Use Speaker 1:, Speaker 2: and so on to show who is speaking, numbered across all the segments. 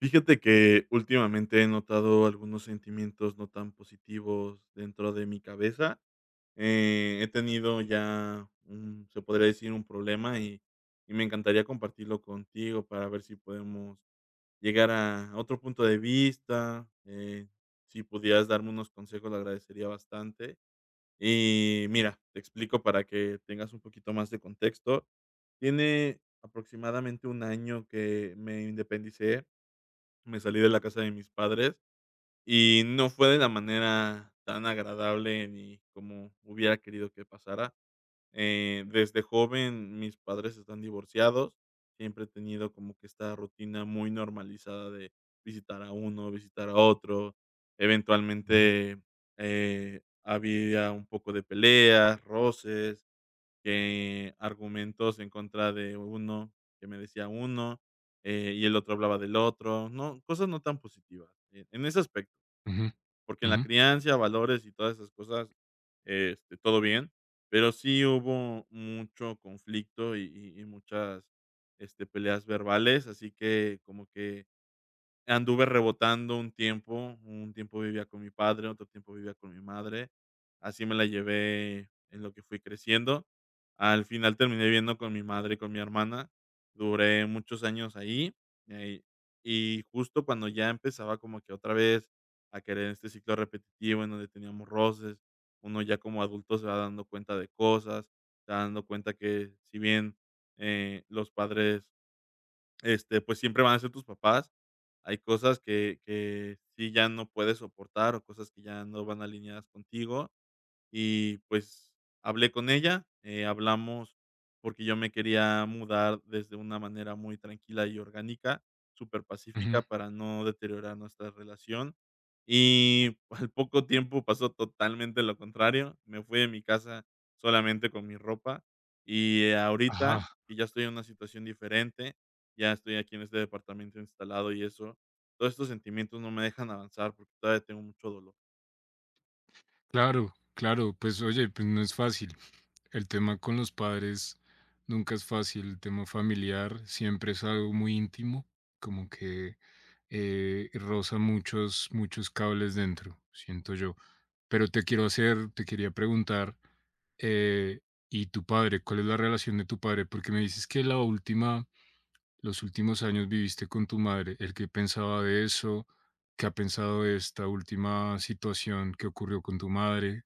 Speaker 1: Fíjate que últimamente he notado algunos sentimientos no tan positivos dentro de mi cabeza. He tenido ya un, se podría decir, un problema y, me encantaría compartirlo contigo para ver si podemos llegar a otro punto de vista. Si pudieras darme unos consejos, lo agradecería bastante. Y mira, te explico para que tengas un poquito más de contexto. Tiene aproximadamente un año que me independicé, me salí de la casa de mis padres y no fue de la manera tan agradable ni como hubiera querido que pasara. Desde joven mis padres están divorciados, siempre he tenido como que esta rutina muy normalizada de visitar a uno, visitar a otro,
Speaker 2: Ujú,
Speaker 1: eventualmente, había un poco de peleas, roces, que argumentos en contra de uno, que me decía uno, y el otro hablaba del otro, no, cosas no tan positivas, en ese aspecto,
Speaker 2: ujú,
Speaker 1: porque en la
Speaker 2: ujú,
Speaker 1: crianza, valores y todas esas cosas, todo bien, pero sí hubo mucho conflicto y y muchas, peleas verbales, así que como que anduve rebotando un tiempo vivía con mi padre, otro tiempo vivía con mi madre, así me la llevé en lo que fui creciendo. Al final terminé viviendo con mi madre y con mi hermana, duré muchos años ahí, eh, y justo cuando ya empezaba como que otra vez a querer este ciclo repetitivo en donde teníamos roces, uno ya como adulto se va dando cuenta de cosas, se va dando cuenta que si bien, los padres, pues, siempre van a ser tus papás. Hay cosas que sí ya no puedes soportar, o cosas que ya no van alineadas contigo. Y, pues, hablé con ella, hablamos porque yo me quería mudar desde una manera muy tranquila y orgánica, súper
Speaker 2: ujú.
Speaker 1: pacífica para no deteriorar nuestra relación. Y al poco tiempo pasó totalmente lo contrario. Me fui de mi casa solamente con mi ropa, y
Speaker 2: Ajá,
Speaker 1: ahorita que ya estoy en una situación diferente, ya estoy aquí en este departamento instalado y eso, todos estos sentimientos no me dejan avanzar porque todavía tengo mucho dolor.
Speaker 2: claro, claro, pues oye, pues no es fácil. El tema con los padres nunca es fácil, el tema familiar siempre es algo muy íntimo, como que roza muchos, muchos cables dentro, siento yo. Pero te quería preguntar, eh, ¿y tu padre? ¿Cuál es la relación de tu padre? Porque me dices que la última los últimos años viviste con tu madre, el qué pensaba de eso, qué ha pensado de esta última situación que ocurrió con tu madre.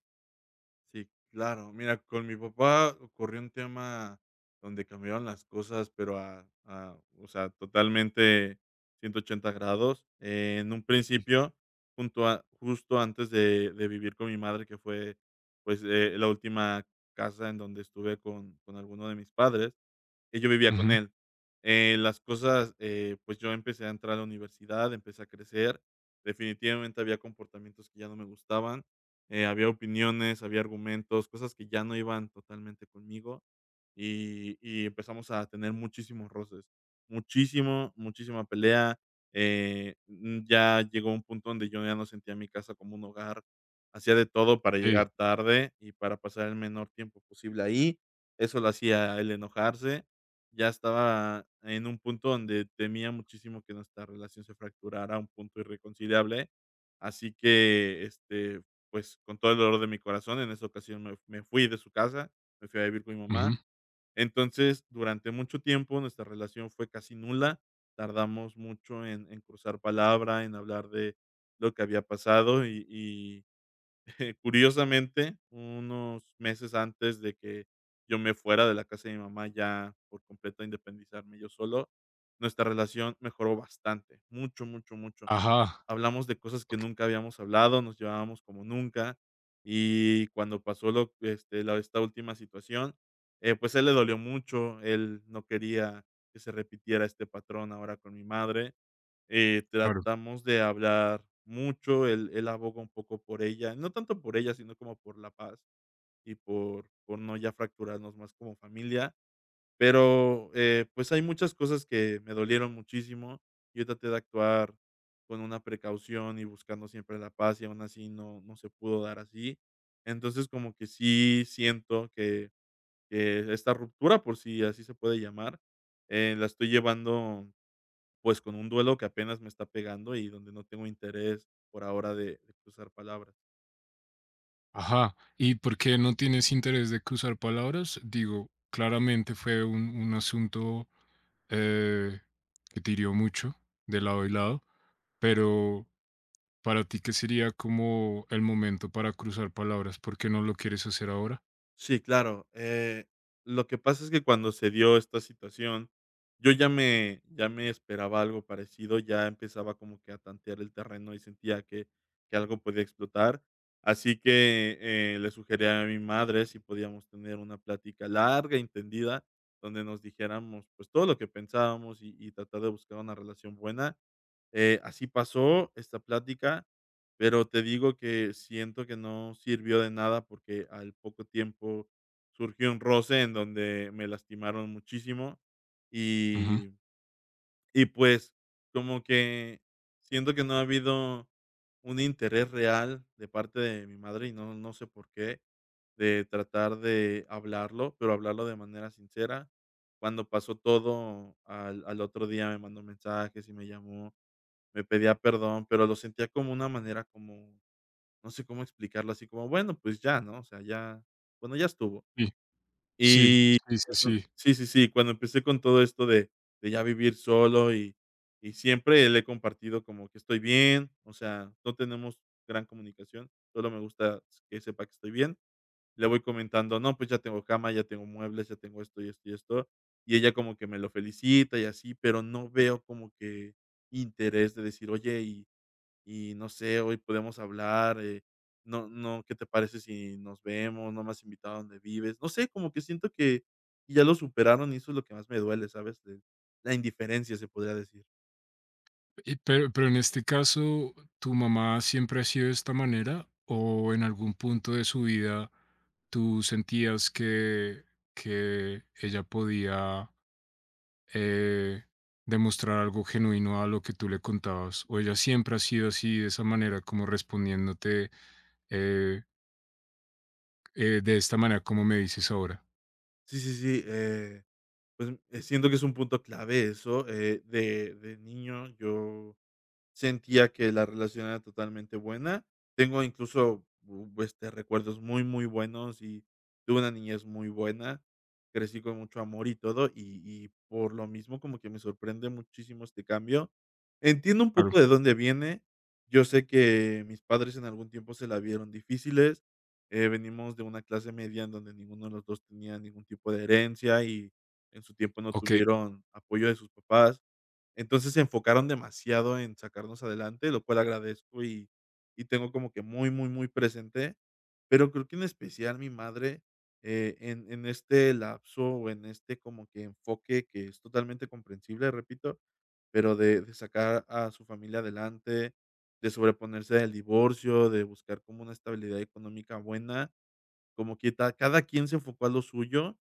Speaker 1: Sí, claro. Mira, con mi papá ocurrió un tema donde cambiaron las cosas, pero a, o sea, totalmente 180 grados. En un principio, junto a justo antes de vivir con mi madre, que fue, pues, la última casa en donde estuve con alguno de mis padres, que yo vivía con
Speaker 2: Ujú,
Speaker 1: él. Las cosas, pues, yo empecé a entrar a la universidad, empecé a crecer. Definitivamente había comportamientos que ya no me gustaban, había opiniones, había argumentos, cosas que ya no iban totalmente conmigo, y empezamos a tener muchísimos roces, muchísimo, muchísima pelea, ya llegó un punto donde yo ya no sentía mi casa como un hogar, hacía de todo para
Speaker 2: ey,
Speaker 1: llegar tarde y para pasar el menor tiempo posible ahí, eso lo hacía a él enojarse, ya estaba en un punto donde temía muchísimo que nuestra relación se fracturara a un punto irreconciliable. Así que, pues, con todo el dolor de mi corazón, en esa ocasión me fui de su casa, me fui a vivir con mi mamá.
Speaker 2: ujú,
Speaker 1: Entonces, durante mucho tiempo nuestra relación fue casi nula. Tardamos mucho en cruzar palabra, en hablar de lo que había pasado y curiosamente, unos meses antes de que yo me fuera de la casa de mi mamá ya por completo a independizarme yo solo, nuestra relación mejoró bastante, mucho, mucho, mucho.
Speaker 2: ajá,
Speaker 1: Hablamos de cosas que
Speaker 2: okey,
Speaker 1: nunca habíamos hablado, nos llevábamos como nunca y cuando pasó lo, esta última situación, pues a él le dolió mucho, él no quería que se repitiera este patrón ahora con mi madre.
Speaker 2: claro,
Speaker 1: Tratamos de hablar mucho, él aboga un poco por ella, no tanto por ella, sino como por la paz y por no ya fracturarnos más como familia, pero, pues, hay muchas cosas que me dolieron muchísimo. Yo traté de actuar con una precaución y buscando siempre la paz, y aún así no se pudo dar así. Entonces, como que sí siento que esta ruptura, por si así se puede llamar, la estoy llevando, pues, con un duelo que apenas me está pegando y donde no tengo interés por ahora de cruzar palabras.
Speaker 2: ajá. ¿Y por qué no tienes interés de cruzar palabras? Digo, claramente fue un asunto, eh, que te hirió mucho de lado y lado, pero para ti, ¿qué sería como el momento para cruzar palabras? ¿Por qué no lo quieres hacer ahora?
Speaker 1: Sí, claro, lo que pasa es que cuando se dio esta situación, yo ya me esperaba algo parecido, ya empezaba como que a tantear el terreno y sentía que algo podía explotar, así que, le sugerí a mi madre si podíamos tener una plática larga y tendida, donde nos dijéramos, pues, todo lo que pensábamos y tratar de buscar una relación buena. Así pasó esta plática, pero te digo que siento que no sirvió de nada porque al poco tiempo surgió un roce en donde me lastimaron muchísimo
Speaker 2: Ujú,
Speaker 1: y, y pues como que siento que no ha habido un interés real de parte de mi madre y no, no sé por qué, de tratar de hablarlo, pero hablarlo de manera sincera. Cuando pasó todo, al otro día me mandó mensajes y me llamó, me pedía perdón, pero lo sentía como una manera como, no sé cómo explicarlo, así como, bueno, pues ya, ¿no? O sea, ya, bueno, ya estuvo.
Speaker 2: sí. Sí,
Speaker 1: Y
Speaker 2: sí, sí,
Speaker 1: cuando
Speaker 2: sí.
Speaker 1: sí, sí, sí, cuando empecé con todo esto de ya vivir solo y siempre le he compartido como que estoy bien, o sea, no tenemos gran comunicación, solo me gusta que sepa que estoy bien. Le voy comentando, no, pues ya tengo cama, ya tengo muebles, ya tengo esto y esto y esto. Y ella como que me lo felicita y así, pero no veo como que interés de decir, oye, y no sé, hoy podemos hablar, no, ¿qué te parece si nos vemos? No me has invitado a donde vives. No sé, como que siento que ya lo superaron y eso es lo que más me duele, ¿sabes? De la indiferencia, se podría decir.
Speaker 2: Y pero en este caso, ¿tu mamá siempre ha sido de esta manera o en algún punto de su vida tú sentías que ella podía, eh, demostrar algo genuino a lo que tú le contabas? ¿O ella siempre ha sido así, de esa manera, como respondiéndote, eh, de esta manera como me dices ahora?
Speaker 1: Sí, sí, sí, siento que es un punto clave eso, de niño yo sentía que la relación era totalmente buena. Tengo incluso, recuerdos muy, muy buenos y tuve una niñez muy buena. Crecí con mucho amor y todo, y por lo mismo como que me sorprende muchísimo este cambio. Entiendo un
Speaker 2: Claro,
Speaker 1: poco de dónde viene. Yo sé que mis padres en algún tiempo se la vieron difíciles, venimos de una clase media en donde ninguno de los 2 tenía ningún tipo de herencia y en su tiempo no
Speaker 2: okey,
Speaker 1: tuvieron apoyo de sus papás. Entonces, se enfocaron demasiado en sacarnos adelante, lo cual agradezco y tengo como que muy, muy, muy presente, pero creo que en especial mi madre, en este lapso o en este como que enfoque que es totalmente comprensible, repito, pero de sacar a su familia adelante, de sobreponerse al divorcio, de buscar como una estabilidad económica buena, como que ta cada quien se enfocó a lo suyo,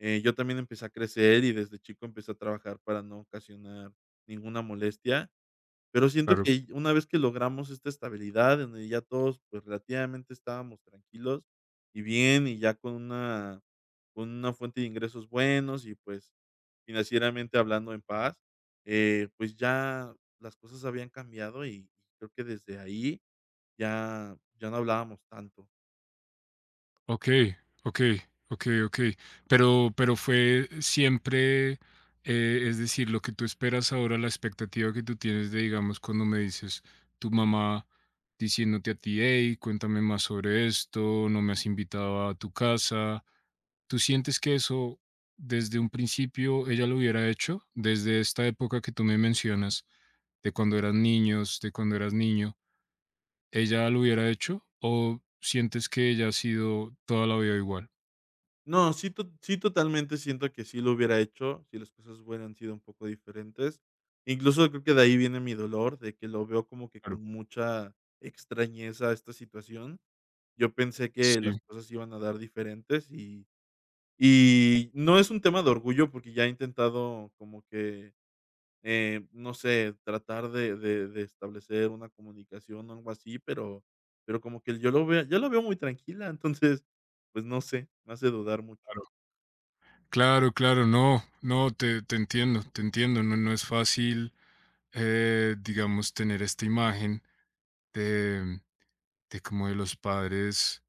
Speaker 1: yo también empecé a crecer y desde chico empecé a trabajar para no ocasionar ninguna molestia, pero siento
Speaker 2: claro.
Speaker 1: que una vez que logramos esta estabilidad, donde ya todos, pues, relativamente estábamos tranquilos y bien, y ya con una fuente de ingresos buenos y, pues, financieramente hablando en paz, pues, ya las cosas habían cambiado y creo que desde ahí ya no hablábamos tanto.
Speaker 2: Okey, okey, okey, okey. Pero fue siempre, es decir, lo que tú esperas ahora, la expectativa que tú tienes de, digamos, cuando me dices tu mamá diciéndote a ti: "Hey, cuéntame más sobre esto, no me has invitado a tu casa". ¿Tú sientes que eso desde un principio ella lo hubiera hecho? Desde esta época que tú me mencionas, de cuando eras niño, ¿ella lo hubiera hecho o sientes que ella ha sido toda la vida igual?
Speaker 1: No, sí, totalmente siento que sí lo hubiera hecho, si las cosas hubieran sido un poco diferentes. Incluso, creo que de ahí viene mi dolor, de que lo veo como que
Speaker 2: Claro,
Speaker 1: con mucha extrañeza esta situación. Yo pensé que
Speaker 2: sí,
Speaker 1: las cosas se iban a dar diferentes y no es un tema de orgullo, porque ya he intentado como que, no sé, tratar de de establecer una comunicación o algo así, pero como que yo lo veo muy tranquila, entonces, pues, no sé, me hace dudar mucho.
Speaker 2: claro. Claro, claro, no, no, te entiendo, te entiendo. No es fácil, digamos, tener esta imagen de de como de los padres.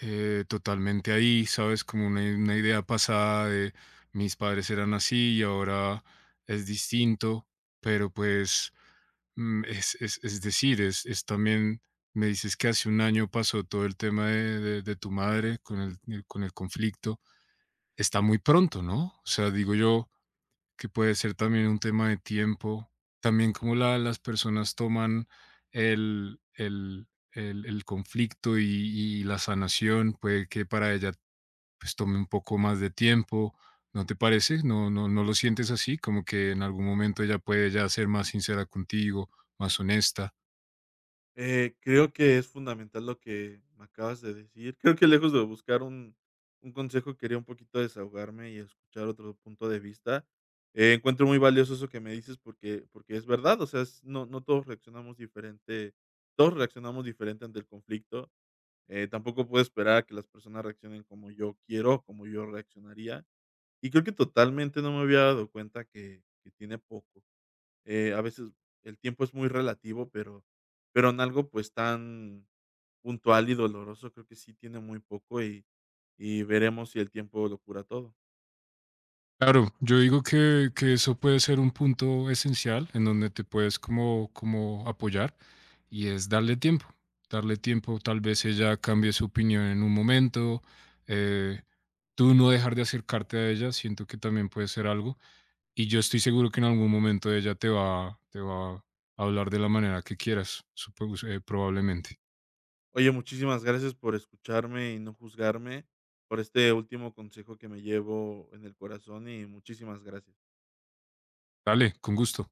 Speaker 2: Totalmente ahí, ¿sabes? Como una idea pasada de mis padres eran así y ahora es distinto, pero pues es decir, es también, me dices que hace un año pasó todo el tema de tu madre con con el conflicto, está muy pronto, ¿no? O sea, digo yo, que puede ser también un tema de tiempo, también cómo las personas toman el conflicto y la sanación, puede que para ella pues tome un poco más de tiempo, ¿no te parece? ¿No, no, no lo sientes así? Como que en algún momento ella puede ya ser más sincera contigo, más honesta.
Speaker 1: Creo que es fundamental lo que me acabas de decir. Creo que lejos de buscar un consejo, quería un poquito desahogarme y escuchar otro punto de vista. Encuentro muy valioso eso que me dices porque es verdad, o sea, es no no todos reaccionamos diferente todos reaccionamos diferente ante el conflicto. Tampoco puedo esperar a que las personas reaccionen como yo quiero, como yo reaccionaría. Y creo que totalmente no me había dado cuenta que tiene poco. A veces el tiempo es muy relativo, pero en algo, pues, tan puntual y doloroso, creo que sí tiene muy poco y veremos si el tiempo lo cura todo.
Speaker 2: Claro, yo digo que eso puede ser un punto esencial en donde te puedes como, como apoyar y es darle tiempo, tal vez ella cambie su opinión en un momento, eh, tú no dejar de acercarte a ella, siento que también puede ser algo y yo estoy seguro que en algún momento ella te va a hablar de la manera que quieras, supongo, probablemente.
Speaker 1: Oye, muchísimas gracias por escucharme y no juzgarme, por este último consejo que me llevo en el corazón y muchísimas gracias.
Speaker 2: Dale, con gusto.